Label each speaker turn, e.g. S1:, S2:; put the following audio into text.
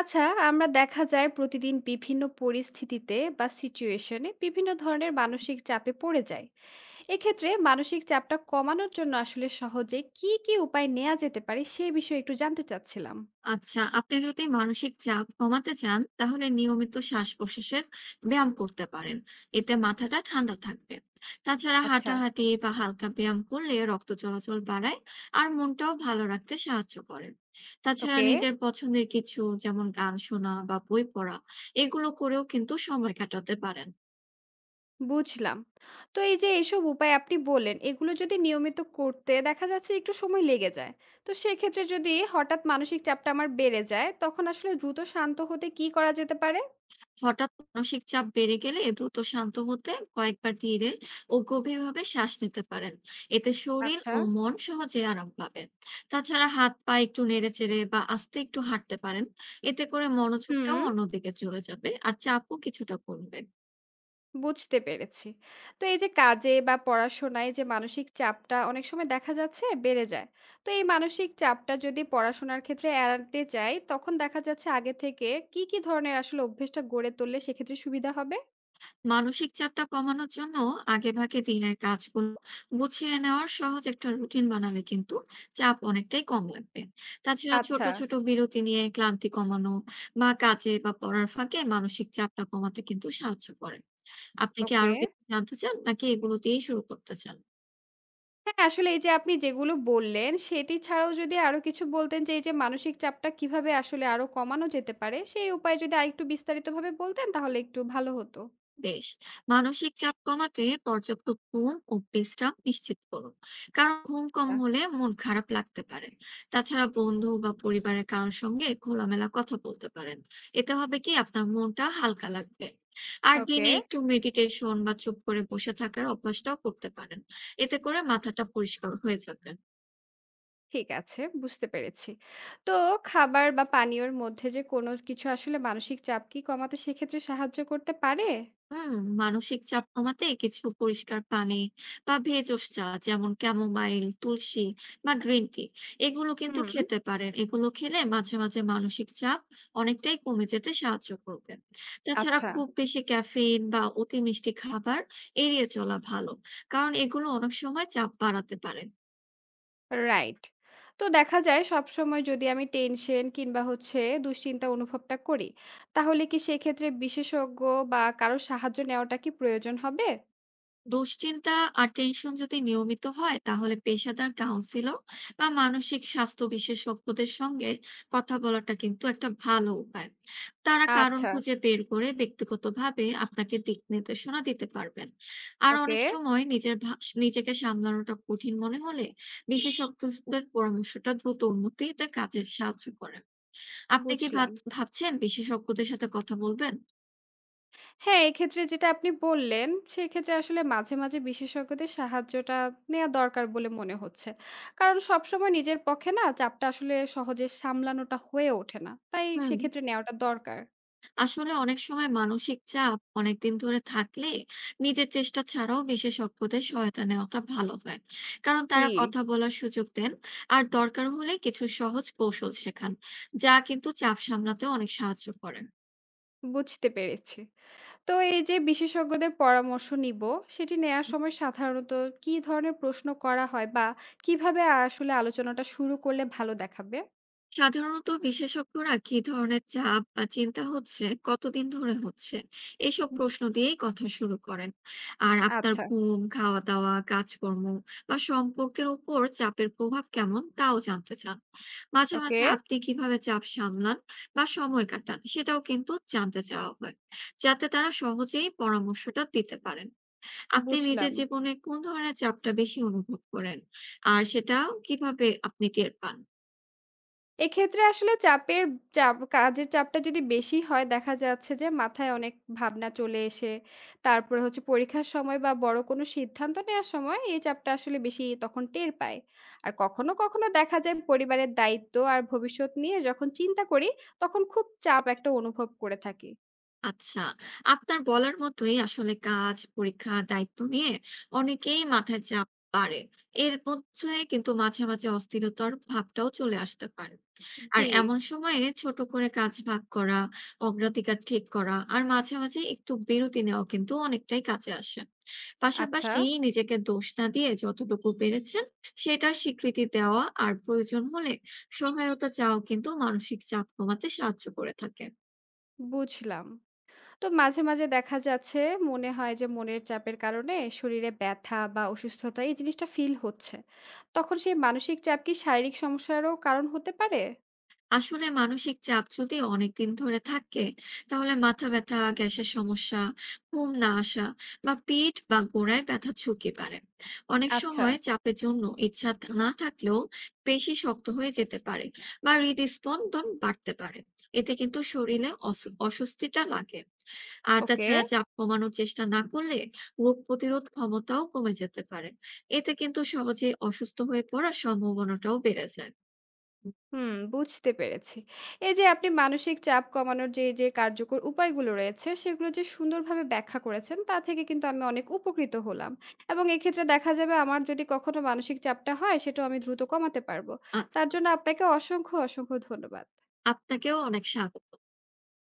S1: আচ্ছা, আমরা দেখা যায় প্রতিদিন বিভিন্ন পরিস্থিতিতে বা সিচুয়েশনে বিভিন্ন ধরনের মানসিক চাপে পড়ে যাই। এক্ষেত্রে মানসিক চাপটা কমানোর জন্য আসলে সহজে কি, কি উপায় নেয়া যেতে পারে সে বিষয়ে একটু জানতে চাচ্ছিলাম।
S2: আচ্ছা, আপনি যদি মানসিক চাপ কমাতে চান তাহলে নিয়মিত শ্বাস প্রশ্বাসের ব্যায়াম করতে পারেন। এতে মাথাটা ঠান্ডা থাকবে। তাছাড়া
S1: আচ্ছা,
S2: হাঁটাহাঁটি বা হালকা ব্যায়াম করলে রক্ত চলাচল বাড়ায় আর মনটাও ভালো রাখতে সাহায্য করে। তাছাড়া
S1: ওকে।
S2: নিজের পছন্দের কিছু যেমন গান শোনা বা বই পড়া, এগুলো করেও কিন্তু সময় কাটাতে পারেন।
S1: বুঝলাম। তো এই যে এসব উপায় আপনি বললেন, এগুলো যদি নিয়মিত করতে দেখা যাচ্ছে একটু সময় লেগে যায়। তো সেক্ষেত্রে যদি হঠাৎ মানসিক চাপটা আমার বেড়ে যায়, তখন আসলে দ্রুত শান্ত হতে কি করা যেতে পারে?
S2: হঠাৎ মানসিক চাপ বেড়ে গেলে দ্রুত শান্ত হতে কয়েকবার ধীরে ও গভীরভাবে শ্বাস নিতে পারেন। এতে শরীর
S1: আচ্ছা।
S2: ও মন সহজে আরাম পাবে। তাছাড়া হাত পা একটু নেড়েচেড়ে বা আস্তে একটু হাঁটতে পারেন। এতে করে মনোযোগটাও
S1: হুম।
S2: অন্যদিকে চলে যাবে আর চাপও কিছুটা কমবে।
S1: বুঝতে পেরেছি। তো এই যে কাজে বা পড়াশোনায় যে মানসিক চাপটা অনেক সময় দেখা যাচ্ছে বেড়ে যায়। তো এই মানসিক চাপটা যদি পড়াশোনার ক্ষেত্রে এড়াতে চাই, তখন দেখা যাচ্ছে আগে থেকে কি, কি ধরনের আসলে অভ্যেসটা গড়ে তুললে সেক্ষেত্রে সুবিধা হবে?
S2: মানসিক চাপটা কমানোর জন্য আগেভাগে দিনের কাজগুলো গুছিয়ে নেওয়ার সহজ একটা রুটিন বানালে কিন্তু চাপ অনেকটাই কম লাগবে। তাছাড়া ছোট
S1: আচ্ছা,
S2: ছোট বিরতি নিয়ে ক্লান্তি কমানো বা কাজে বা পড়ার ফাঁকে মানসিক চাপটা কমাতে কিন্তু সাহায্য করে। আপনি কি আরো
S1: ওকে।
S2: কিছু জানতে চান নাকি এগুলো দিয়েই শুরু করতে চান?
S1: হ্যাঁ, আসলে এই যে আপনি যেগুলো বললেন, সেটি ছাড়াও যদি আরো কিছু বলতেন যে এই যে মানসিক চাপটা কিভাবে আসলে আরো কমানো যেতে পারে, সেই উপায়ে যদি আরেকটু বিস্তারিতভাবে বলতেন তাহলে একটু ভালো হতো।
S2: বেশ। মানসিক চাপ কমাতে পর্যাপ্ত ঘুম ও বিশ্রাম নিশ্চিত করুন। কারণ ঘুম কম
S1: আ
S2: হলে মন খারাপ লাগতে পারে। তাছাড়া বন্ধু বা পরিবারের কারোর সঙ্গে খোলামেলা কথা বলতে পারেন। এতে হবে কি আপনার মনটা হালকা লাগবে। আর
S1: ওকে।
S2: দিনে একটু মেডিটেশন বা চুপ করে বসে থাকার অভ্যাসটাও করতে পারেন। এতে করে মাথাটা পরিষ্কার হয়ে যাবে।
S1: ঠিক আছে, বুঝতে পেরেছি। তো খাবার বা পানীয়র মধ্যে যে কোনো কিছু আসলে মানসিক চাপ কি কমাতে সেক্ষেত্রে সাহায্য করতে পারে?
S2: হুম। মানসিক চাপ কমাতে কিছু পরিষ্কার পানি বা ভেষজ চা যেমন ক্যামোমাইল, তুলসী বা গ্রিন টি, এগুলো কিন্তু
S1: হুম।
S2: খেতে পারেন। এগুলো খেলে মাঝে মাঝে মানসিক চাপ অনেকটাই কমে যেতে সাহায্য করবে। তাছাড়া
S1: আচ্ছা,
S2: খুব বেশি ক্যাফেইন বা অতি মিষ্টি খাবার এড়িয়ে চলা ভালো। কারণ এগুলো অনেক সময় চাপ বাড়াতে পারে।
S1: রাইট। তো দেখা যায় সবসময় যদি আমি টেনশন কিংবা হচ্ছে দুশ্চিন্তা অনুভবটা করি, তাহলে কি সেক্ষেত্রে বিশেষজ্ঞ বা কারো সাহায্য নেওয়াটা কি প্রয়োজন হবে?
S2: দুশ্চিন্তা আর টেনশন যদি নিয়মিত হয় তাহলে পেশাদার কাউন্সিলর বা মানসিক স্বাস্থ্য বিশেষজ্ঞদের সঙ্গে কথা বলাটা কিন্তু একটা ভালো উপায়। তারা কারণ
S1: আচ্ছা,
S2: খুঁজে বের করে ব্যক্তিগতভাবে আপনাকে দিক নির্দেশনা দিতে পারবেন। আর
S1: ওকে,
S2: অনেক সময় নিজেকে সামলানোটা কঠিন মনে হলে বিশেষজ্ঞদের পরামর্শটা দ্রুত উন্নতিতে কাজে সাহায্য করে। আপনি কি
S1: বুঝলাম।
S2: ভাবছেন বিশেষজ্ঞদের সাথে কথা বলবেন?
S1: হ্যাঁ, এক্ষেত্রে যেটা আপনি বললেন, সেক্ষেত্রে আসলে মাঝে, মাঝে বিশেষজ্ঞদের সাহায্যটা নেয়া দরকার বলে মনে হচ্ছে। কারণ সবসময় নিজের পক্ষে না চাপটা আসলে সহজে সামলানোটা হয়ে ওঠে না। তাই
S2: হুম।
S1: সেক্ষেত্রে নেওয়াটা দরকার।
S2: আসলে অনেক সময় মানসিক চাপ অনেকদিন ধরে থাকলে নিজের চেষ্টা ছাড়াও বিশেষজ্ঞদের সহায়তা নেওয়াটা ভালো হয়। কারণ
S1: জি,
S2: তারা কথা বলার সুযোগ দেন আর দরকার হলে কিছু সহজ কৌশল শেখান, যা কিন্তু চাপ সামলাতে অনেক সাহায্য করে।
S1: বুঝতে পেরেছি। তো এই যে বিশেষজ্ঞদের পরামর্শ নিবো, সেটি নেয়ার সময় সাধারণত কি ধরনের প্রশ্ন করা হয় বা কিভাবে আসলে আলোচনাটা শুরু করলে ভালো দেখাবে?
S2: সাধারণত বিশেষজ্ঞরা কি ধরনের চাপ বা চিন্তা হচ্ছে, কতদিন ধরে হচ্ছে, এসব প্রশ্ন দিয়েই কথা শুরু করেন। আর আপনার
S1: আচ্ছা,
S2: ঘুম, খাওয়া দাওয়া, কাজকর্ম বা সম্পর্কের উপর চাপের প্রভাব কেমন তাও জানতে চান। মাঝে
S1: ওকে,
S2: মাঝে আপনি কিভাবে চাপ সামলান বা সময় কাটান সেটাও কিন্তু জানতে চাওয়া হয়, যাতে তারা সহজেই পরামর্শটা দিতে পারেন। আপনি নিজের
S1: বুঝলাম।
S2: জীবনে কোন ধরনের চাপটা বেশি অনুভব করেন আর সেটা কিভাবে আপনি টের পান?
S1: এক্ষেত্রে আসলে চাপের চাপ কাজের চাপটা যদি বেশি হয় দেখা যাচ্ছে যে মাথায় অনেক ভাবনা চলে এসে তারপরে হচ্ছে পরীক্ষার সময় বা বড় কোনো সিদ্ধান্ত নেওয়ার সময় এই চাপটা আসলে বেশি তখন টের পায়। আর কখনো কখনো দেখা যায় পরিবারের দায়িত্ব আর ভবিষ্যৎ নিয়ে যখন চিন্তা করি তখন খুব চাপ একটা অনুভব করে থাকি।
S2: আচ্ছা, আপনার বলার মতোই আসলে কাজ, পরীক্ষা, দায়িত্ব নিয়ে অনেকেই মাথায় চাপ বাড়ে। এর মধ্যে কিন্তু মাঝে, মাঝে অস্থিরতার ভাবটাও চলে আসতে পারে। আর
S1: জি।
S2: এমন সময়ে ছোট করে কাজ ভাগ করা, অগ্রাধিকার ঠিক করা আর মাঝে, মাঝে একটু বিরতি নেওয়া কিন্তু অনেকটাই কাজে আসে।
S1: আচ্ছা।
S2: পাশাপাশি নিজেকে দোষ না দিয়ে যতটুকু পেরেছেন সেটার স্বীকৃতি দেওয়া আর প্রয়োজন হলে সহায়তা চাওয়াও কিন্তু মানসিক চাপ কমাতে সাহায্য করে থাকে।
S1: বুঝলাম। তো মাঝে, মাঝে দেখা যাচ্ছে মনে হয় যে মনের চাপের কারণে শরীরে ব্যথা বা অসুস্থতা এই জিনিসটা ফিল হচ্ছে। তখন সেই মানসিক চাপ কি শারীরিক সমস্যারও কারণ হতে পারে?
S2: আসলে মানসিক চাপ যদি অনেকদিন ধরে থাকে তাহলে মাথা ব্যথা, গ্যাসের সমস্যা, ঘুম না আসা বা পেট বা গোড়ায় ব্যথা ঝুঁকি পারে। অনেক
S1: আচ্ছা,
S2: সময় চাপের জন্য ইচ্ছা না থাকলেও পেশি শক্ত হয়ে যেতে পারে বা হৃদস্পন্দন বাড়তে পারে। এতে কিন্তু শরীরে অস্বস্তিটা লাগে। আর
S1: ওকে।
S2: তাছাড়া চাপ কমানোর চেষ্টা না করলে রোগ প্রতিরোধ ক্ষমতাও কমে যেতে পারে। এতে কিন্তু সহজেই অসুস্থ হয়ে পড়ার সম্ভাবনাটাও বেড়ে যায়।
S1: হুম, বুঝতে পেরেছি। এই যে আপনি মানসিক চাপ কমানোর যে কার্যকর উপায়গুলো রয়েছে সেগুলো যে সুন্দরভাবে ব্যাখ্যা করেছেন তা থেকে কিন্তু আমি অনেক উপকৃত হলাম। এবং এক্ষেত্রে দেখা যাবে আমার যদি কখনো মানসিক চাপটা হয় সেটাও আমি দ্রুত কমাতে পারবো। তার
S2: আচ্ছা,
S1: জন্য আপনাকে অসংখ্য, অসংখ্য ধন্যবাদ।
S2: আপনাকেও অনেক স্বাগত।